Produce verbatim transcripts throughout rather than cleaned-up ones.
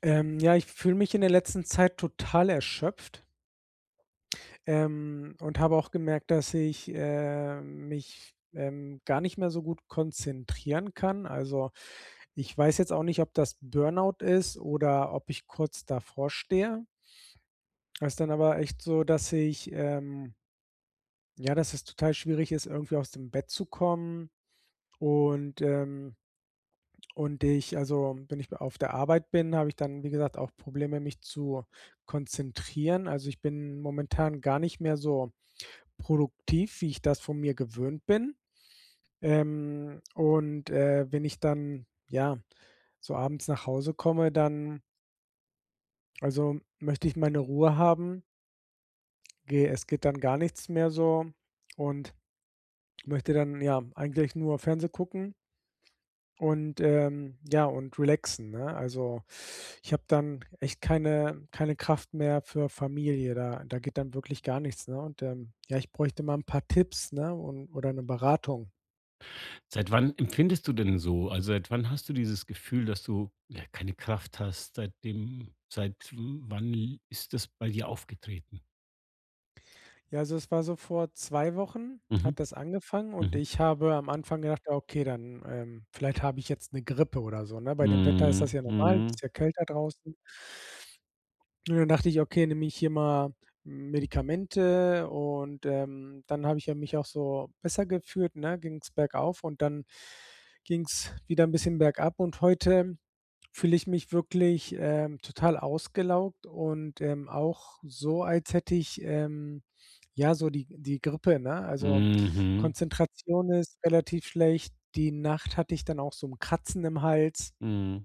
Ähm, ja, Ich fühle mich in der letzten Zeit total erschöpft, ähm, und habe auch gemerkt, dass ich, äh, mich, ähm, gar nicht mehr so gut konzentrieren kann. Also, ich weiß jetzt auch nicht, ob das Burnout ist oder ob ich kurz davor stehe. Es ist dann aber echt so, dass ich, ähm ja, dass es total schwierig ist, irgendwie aus dem Bett zu kommen und, ähm und ich also, wenn ich auf der Arbeit bin, habe ich dann, wie gesagt, auch Probleme, mich zu konzentrieren. Also, ich bin momentan gar nicht mehr so produktiv, wie ich das von mir gewöhnt bin. Ähm, und, äh, wenn ich dann, ja, so abends nach Hause komme, dann also, möchte ich meine Ruhe haben. Ge es geht dann gar nichts mehr so und möchte dann, ja, eigentlich nur Fernseh gucken und, ähm, ja, und relaxen, ne? Also ich habe dann echt keine keine Kraft mehr für Familie, da da geht dann wirklich gar nichts, ne? Und, ähm, ja, ich bräuchte mal ein paar Tipps, ne, und oder eine Beratung. Seit wann empfindest du denn so? Also, seit wann hast du dieses Gefühl, dass du, ja, keine Kraft hast? Seitdem seit wann ist das bei dir aufgetreten? Ja, also, es war so vor zwei Wochen Mhm, hat das angefangen und mhm. ich habe am Anfang gedacht: „Ja, okay, dann, ähm, vielleicht habe ich jetzt eine Grippe oder so“, ne? Bei dem Wetter ist das Mhm, ja normal, es mhm, ist ja kälter draußen. Und dann dachte ich: „Okay, nehme ich hier mal Medikamente“ und, ähm, dann habe ich ja mich auch so besser gefühlt, ne, ging es bergauf und dann ging es wieder ein bisschen bergab und heute fühle ich mich wirklich, ähm, total ausgelaugt und, ähm, auch so, als hätte ich, ähm, ja, so die die Grippe, ne? Also, mhm, Konzentration ist relativ schlecht. Die Nacht hatte ich dann auch so ein Kratzen im Hals. mhm,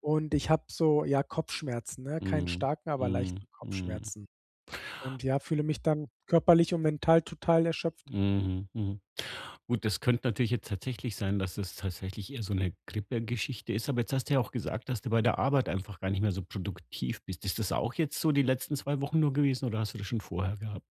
Und ich habe so, ja, Kopfschmerzen, ne? Keinen mhm, starken, aber mhm, leichten mhm, Kopfschmerzen. Und ja, fühle mich dann körperlich und mental total erschöpft. mhm, mhm. Gut, das könnte natürlich jetzt tatsächlich sein, dass es tatsächlich eher so eine Grippe-Geschichte ist, aber jetzt hast du ja auch gesagt, dass du bei der Arbeit einfach gar nicht mehr so produktiv bist. Ist das auch jetzt so die letzten zwei Wochen nur gewesen oder hast du das schon vorher gehabt?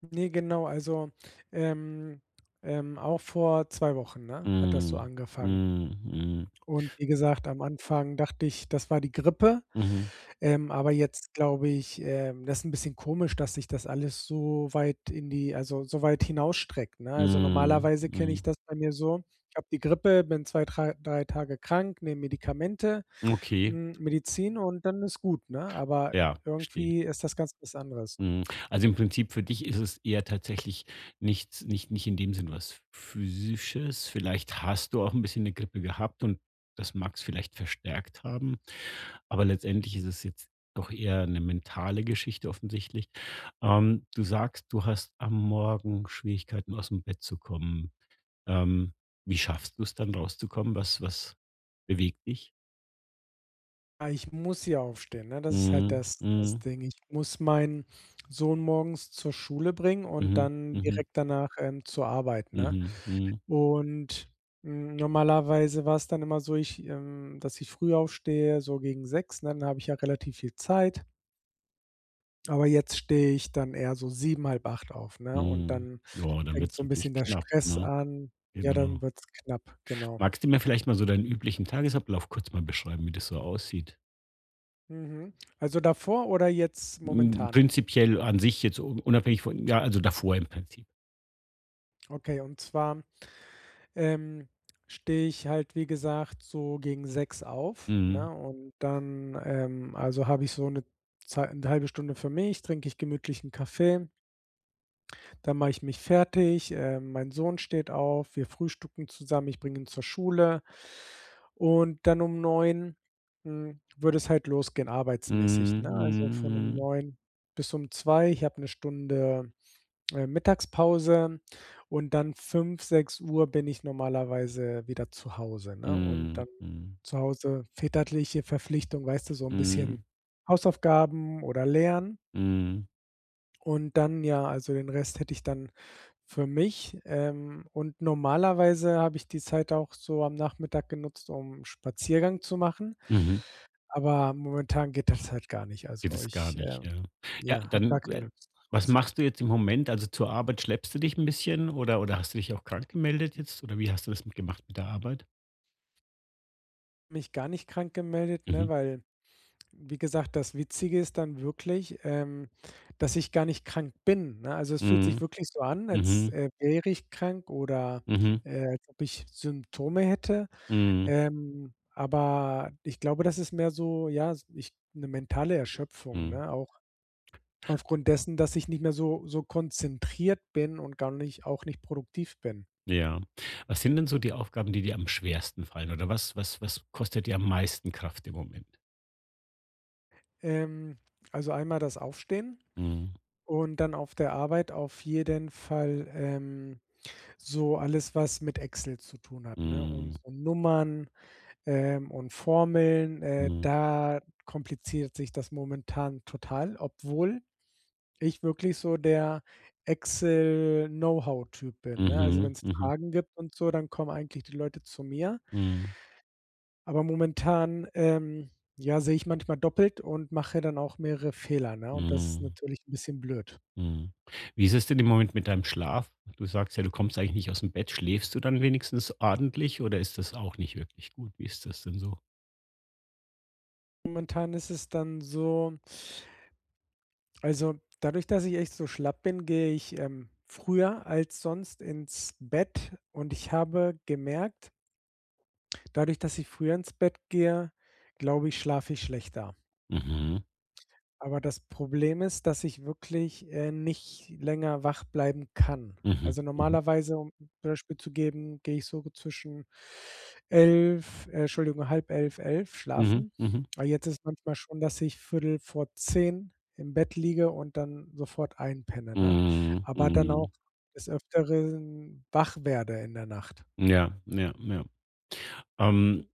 Ne, genau, also, ähm, ähm, auch vor zwei Wochen, ne, hat das so Mhm. angefangen. Mhm. Und wie gesagt, am Anfang dachte ich, das war die Grippe. Mhm. Ähm, aber jetzt glaube ich, ähm, das ist 'n bisschen komisch, dass sich das alles so weit in die also, so weit hinausstreckt, ne? Also, Mhm. normalerweise kenne ich Mhm. das bei mir so, ich habe die Grippe, bin zwei, drei 3 Tage krank, nehme Medikamente, Okay, hm, Medizin und dann ist gut, ne? Aber ja, verstehe. irgendwie ist das ganz was anderes. Mhm. Also, im Prinzip für dich ist es eher tatsächlich nichts, nicht nicht in dem Sinn was Physisches. Vielleicht hast du auch ein bisschen eine Grippe gehabt und das mag es vielleicht verstärkt haben, aber letztendlich ist es jetzt doch eher eine mentale Geschichte offensichtlich. Ähm, du sagst, du hast am Morgen Schwierigkeiten, aus dem Bett zu kommen. Ähm, Wie schaffst du es dann rauszukommen? Was was bewegt dich? Ah, ich muss ja aufstehen, ne? Das ist halt Mhm, das das mhm, Ding. Ich muss meinen Sohn morgens zur Schule bringen und mhm, dann mhm, direkt danach, ähm, zur Arbeit, ne? mhm, mhm, Und, hm, normalerweise war's dann immer so, ich ähm, dass ich früh aufstehe, so gegen sechs, ne? Dann habe ich ja relativ viel Zeit. Aber jetzt stehe ich dann eher so sieben, acht auf, ne? Und mhm. dann Ja, dann fängt wird's so 'n natürlich bisschen der knapp, Stress ne? an. Ja, dann Genau. wird's knapp, genau. Magst du mir vielleicht mal so deinen üblichen Tagesablauf kurz mal beschreiben, wie das so aussieht? Mhm. Also davor oder jetzt Hm, momentan? Prinzipiell an sich jetzt un unabhängig von, ja, also davor im Prinzip. Okay, und zwar Ähm, stehe ich halt, wie gesagt, so gegen sechs auf, Mhm. ne? Und dann, ähm also, habe ich so eine Zei 'ne eine Stunde für mich, trinke ich gemütlich 'n Kaffee, dann mache ich mich fertig, ähm, mein Sohn steht auf, wir frühstücken zusammen, ich bringe ihn zur Schule und dann um neun hm, würde es halt losgehen arbeitsmäßig, Mhm, ne? Also, mhm, von um mhm. neun bis um zwei. Ich habe eine Stunde äh, Mittagspause und dann fünf sechs Uhr bin ich normalerweise wieder zu Hause, ne? Und Mhm, dann mhm, zu Hause väterliche Verpflichtung, weißt du, so 'n mhm. bisschen Hausaufgaben oder lernen Mhm. und dann ja, also, den Rest hätte ich dann für mich, ähm, und normalerweise habe ich die Zeit auch so am Nachmittag genutzt, um 'n Spaziergang zu machen, Mhm. aber momentan geht das halt gar nicht. Geht Also, es gar ich, äh, nicht, ja. Ja, ja, habe dann, gar keine äh, Lust was draus. machst du jetzt im Moment? Also, zur Arbeit schleppst du dich ein bisschen oder oder hast du dich auch krank gemeldet jetzt oder wie hast du das mit gemacht mit der Arbeit? Mich gar nicht krank gemeldet, Mhm. ne, weil wie gesagt, das Witzige ist dann wirklich, ähm, dass ich gar nicht krank bin, ne? Also, es fühlt Mhm. sich wirklich so an, als, Mhm. äh, wäre ich krank oder, Mhm. äh, als ob ich Symptome hätte. Mhm. Ähm, aber ich glaube, das ist mehr so, ja, s ich 'ne mentale Erschöpfung, Mhm. ne? Auch aufgrund dessen, dass ich nicht mehr so so konzentriert bin und gar nicht auch nicht produktiv bin. Ja. Was sind denn so die Aufgaben, die dir am schwersten fallen oder was was was kostet dir am meisten Kraft im Moment? Ähm, also, einmal das Aufstehen Mhm. und dann auf der Arbeit auf jeden Fall, ähm so alles, was mit Excel zu tun hat, ne? Und Mhm. so Nummern, ähm, und Formeln, äh, Mhm. da kompliziert sich das momentan total, obwohl ich wirklich so der Excel-Know-how-Typ bin, ne? Also, wenn Mhm. es Mhm. Fragen gibt und so, dann kommen eigentlich die Leute zu mir. Mhm. Aber momentan, ähm, ja, sehe ich manchmal doppelt und mache dann auch mehrere Fehler, ne? Und das ist Mhm. natürlich ein bisschen blöd. Mhm. Wie ist es denn im Moment mit deinem Schlaf? Du sagst ja, du kommst eigentlich nicht aus dem Bett. Schläfst du dann wenigstens ordentlich oder ist das auch nicht wirklich gut? Wie ist das denn so? Momentan ist es dann so. Also, dadurch, dass ich echt so schlapp bin, gehe ich, ähm, früher als sonst ins Bett und ich habe gemerkt, dadurch, dass ich früher ins Bett gehe, glaube ich, schlafe ich schlechter. Mhm. Aber das Problem ist, dass ich wirklich, äh, nicht länger wach bleiben kann. Mhm. Also, Mhm. normalerweise, um 'n Beispiel zu geben, gehe ich so zwischen elf, äh, Entschuldigung, halb elf, elf Mhm. schlafen. Mhm. Aber jetzt ist manchmal schon, dass ich Viertel vor zehn im Bett liege und dann sofort einpenne, ne? Mhm. Aber dann auch Mhm. des Öfteren wach werde in der Nacht. Ja, ja, ja. Ähm,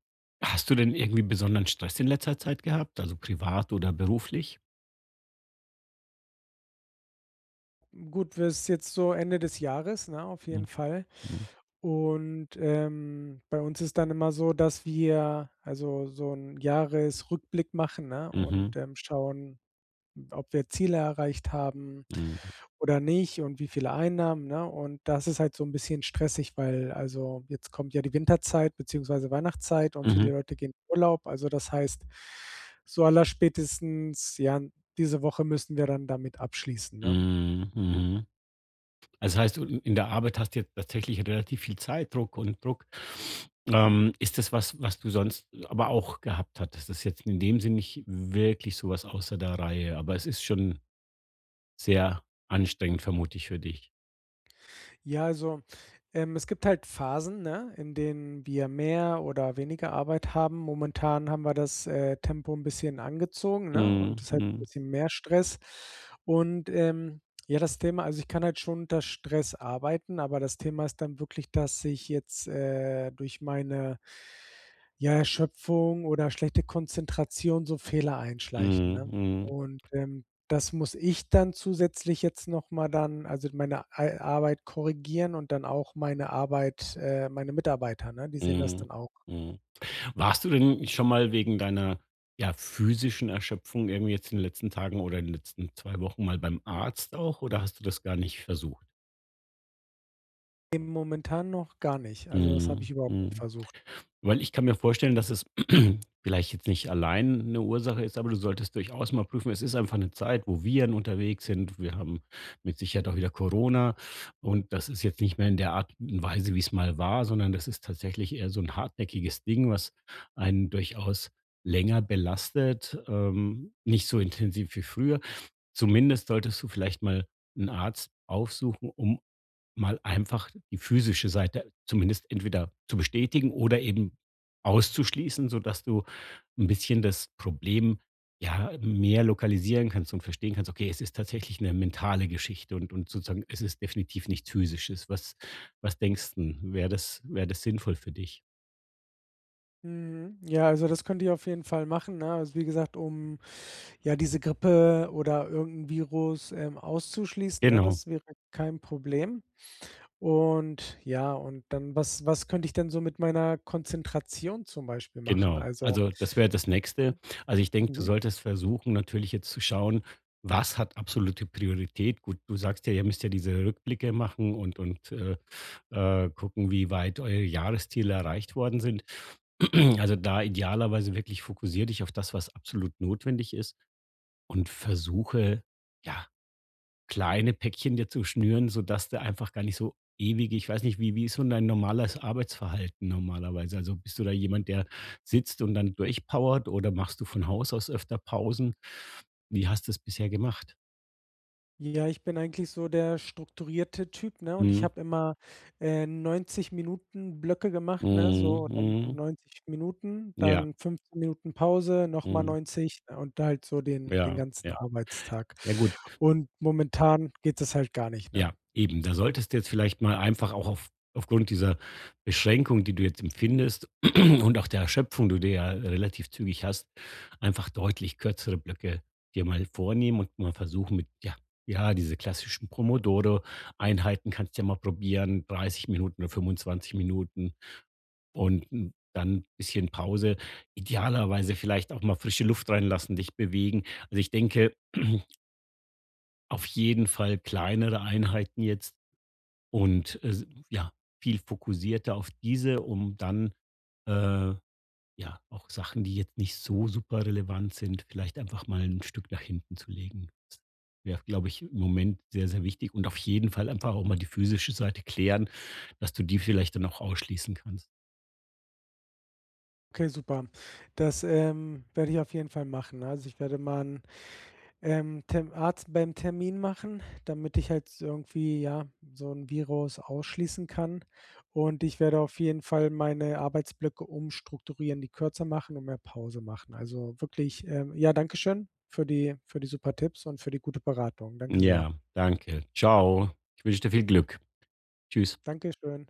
Hast du denn irgendwie besonderen Stress in letzter Zeit gehabt, also privat oder beruflich? Gut, wir ist jetzt so Ende des Jahres, ne, auf Mhm. jeden Fall. Mhm. Und, ähm, bei uns ist dann immer so, dass wir also so 'n Jahresrückblick machen, ne, Mhm. und, ähm, schauen, ob wir Ziele erreicht haben Mhm. oder nicht und wie viele Einnahmen, ne? Und das ist halt so ein bisschen stressig, weil also, jetzt kommt ja die Winterzeit beziehungsweise Weihnachtszeit und Mhm. viele Leute gehen in Urlaub. Also, das heißt, so allerspätestens, ja, diese Woche müssen wir dann damit abschließen, ne? Mhm. Mhm. Also, das heißt, du, in der Arbeit hast du jetzt tatsächlich relativ viel Zeitdruck und Druck. Ähm, ist das was, was du sonst aber auch gehabt hattest? Das ist jetzt in dem Sinne nicht wirklich so was außer der Reihe, aber es ist schon sehr anstrengend, vermute ich, für dich. Ja, also, ähm, es gibt halt Phasen, ne, in denen wir mehr oder weniger Arbeit haben. Momentan haben wir das, äh, Tempo ein bisschen angezogen, ne, und Mhm, es hat ein mhm, bisschen mehr Stress. Und, ähm, ja, das Thema also, ich kann halt schon unter Stress arbeiten, aber das Thema ist dann wirklich, dass ich jetzt, äh, durch meine, ja, Erschöpfung oder schlechte Konzentration so Fehler einschleichen, mhm, ne? mhm, Und, ähm das muss ich dann zusätzlich jetzt noch mal dann also meine Ei Arbeit korrigieren und dann auch meine Arbeit äh, meine Mitarbeiter, ne? Die sehen das mhm, dann auch. mhm. Warst du denn schon mal wegen deiner, ja, physischen Erschöpfung irgendwie jetzt in den letzten Tagen oder in den letzten zwei Wochen mal beim Arzt auch oder hast du das gar nicht versucht? Ne, momentan noch gar nicht. Also, das habe ich Mhm, überhaupt nicht mhm. versucht. Weil ich kann mir vorstellen, dass es vielleicht jetzt nicht allein eine Ursache ist, aber du solltest durchaus mal prüfen. Es ist einfach eine Zeit, wo Viren unterwegs sind. Wir haben mit Sicherheit auch wieder Corona, und das ist jetzt nicht mehr in der Art und Weise, wie es mal war, sondern das ist tatsächlich eher so ein hartnäckiges Ding, was einen durchaus länger belastet, ähm, nicht so intensiv wie früher. Zumindest solltest du vielleicht mal einen Arzt aufsuchen, um mal einfach die physische Seite zumindest entweder zu bestätigen oder eben auszuschließen, sodass du ein bisschen das Problem, ja, mehr lokalisieren kannst und verstehen kannst: „Okay, es ist tatsächlich eine mentale Geschichte und und sozusagen es ist definitiv nichts Physisches.“ Was was denkst du? Wäre das, wäre das sinnvoll für dich? Mhm. Ja, also das könnt ihr auf jeden Fall machen, ne? Also, wie gesagt, um ja diese Grippe oder irgend 'n Virus, ähm, auszuschließen, ne? Genau. Das wäre kein Problem. Und ja, und dann was was könnte ich denn so mit meiner Konzentration zum Beispiel machen? Genau. Also Also, das wäre das Nächste. Also, ich denke, du mhm. solltest versuchen, natürlich jetzt zu schauen, was hat absolute Priorität. Gut, du sagst ja, ihr müsst ja diese Rückblicke machen und und, äh, äh, gucken, wie weit eure Jahresziele erreicht worden sind. Also, da idealerweise wirklich fokussier dich auf das, was absolut notwendig ist, und versuche, ja, kleine Päckchen dir zu schnüren, sodass du einfach gar nicht so ewig ich weiß nicht, wie wie ist so dein normales Arbeitsverhalten normalerweise? Also, bist du da jemand, der sitzt und dann durchpowert, oder machst du von Haus aus öfter Pausen? Wie hast du es bisher gemacht? Ja, ich bin eigentlich so der strukturierte Typ, ne? Und ich Mhm. habe immer, äh, neunzig Minuten Blöcke gemacht, ne? Mhm. So dann Mhm. neunzig Minuten, Ja. dann fünfzehn Minuten Pause, nochmal mal Mhm. neunzig und halt so Ja, den den ja. ganzen Ja, Arbeitstag. ja, gut. Und momentan geht das halt gar nicht, ne? Ja, eben. Da solltest du jetzt vielleicht mal einfach auch auf aufgrund dieser Beschränkung, die du jetzt empfindest, und auch der Erschöpfung, die du ja relativ zügig hast, einfach deutlich kürzere Blöcke dir mal vornehmen und mal versuchen mit, ja, ja, diese klassischen Pomodoro-Einheiten kannst du ja mal probieren, dreißig Minuten oder fünfundzwanzig Minuten und n- dann ein bisschen Pause. Idealerweise vielleicht auch mal frische Luft reinlassen, dich bewegen. Also ich denke, auf jeden Fall kleinere Einheiten jetzt und, äh, ja, viel fokussierter auf diese, um dann, äh, ja, auch Sachen, die jetzt nicht so super relevant sind, vielleicht einfach mal ein Stück nach hinten zu legen. Das wäre, glaube ich, im Moment sehr, sehr wichtig, und auf jeden Fall einfach auch mal die physische Seite klären, dass du die vielleicht dann auch ausschließen kannst. Okay, super. Das, ähm, werde ich auf jeden Fall machen. Also, ich werde mal Ähm, Tem Arzt beim Termin machen, damit ich halt s irgendwie, ja, so 'n Virus ausschließen kann. Und ich werde auf jeden Fall meine Arbeitsblöcke umstrukturieren, die kürzer machen und mehr Pause machen. Also, wirklich, ähm ja, danke schön für die für die super Tipps und für die gute Beratung. Danke sehr. Ja, danke. Ciao. Ich wünsche dir viel Glück. Tschüss. Dankeschön.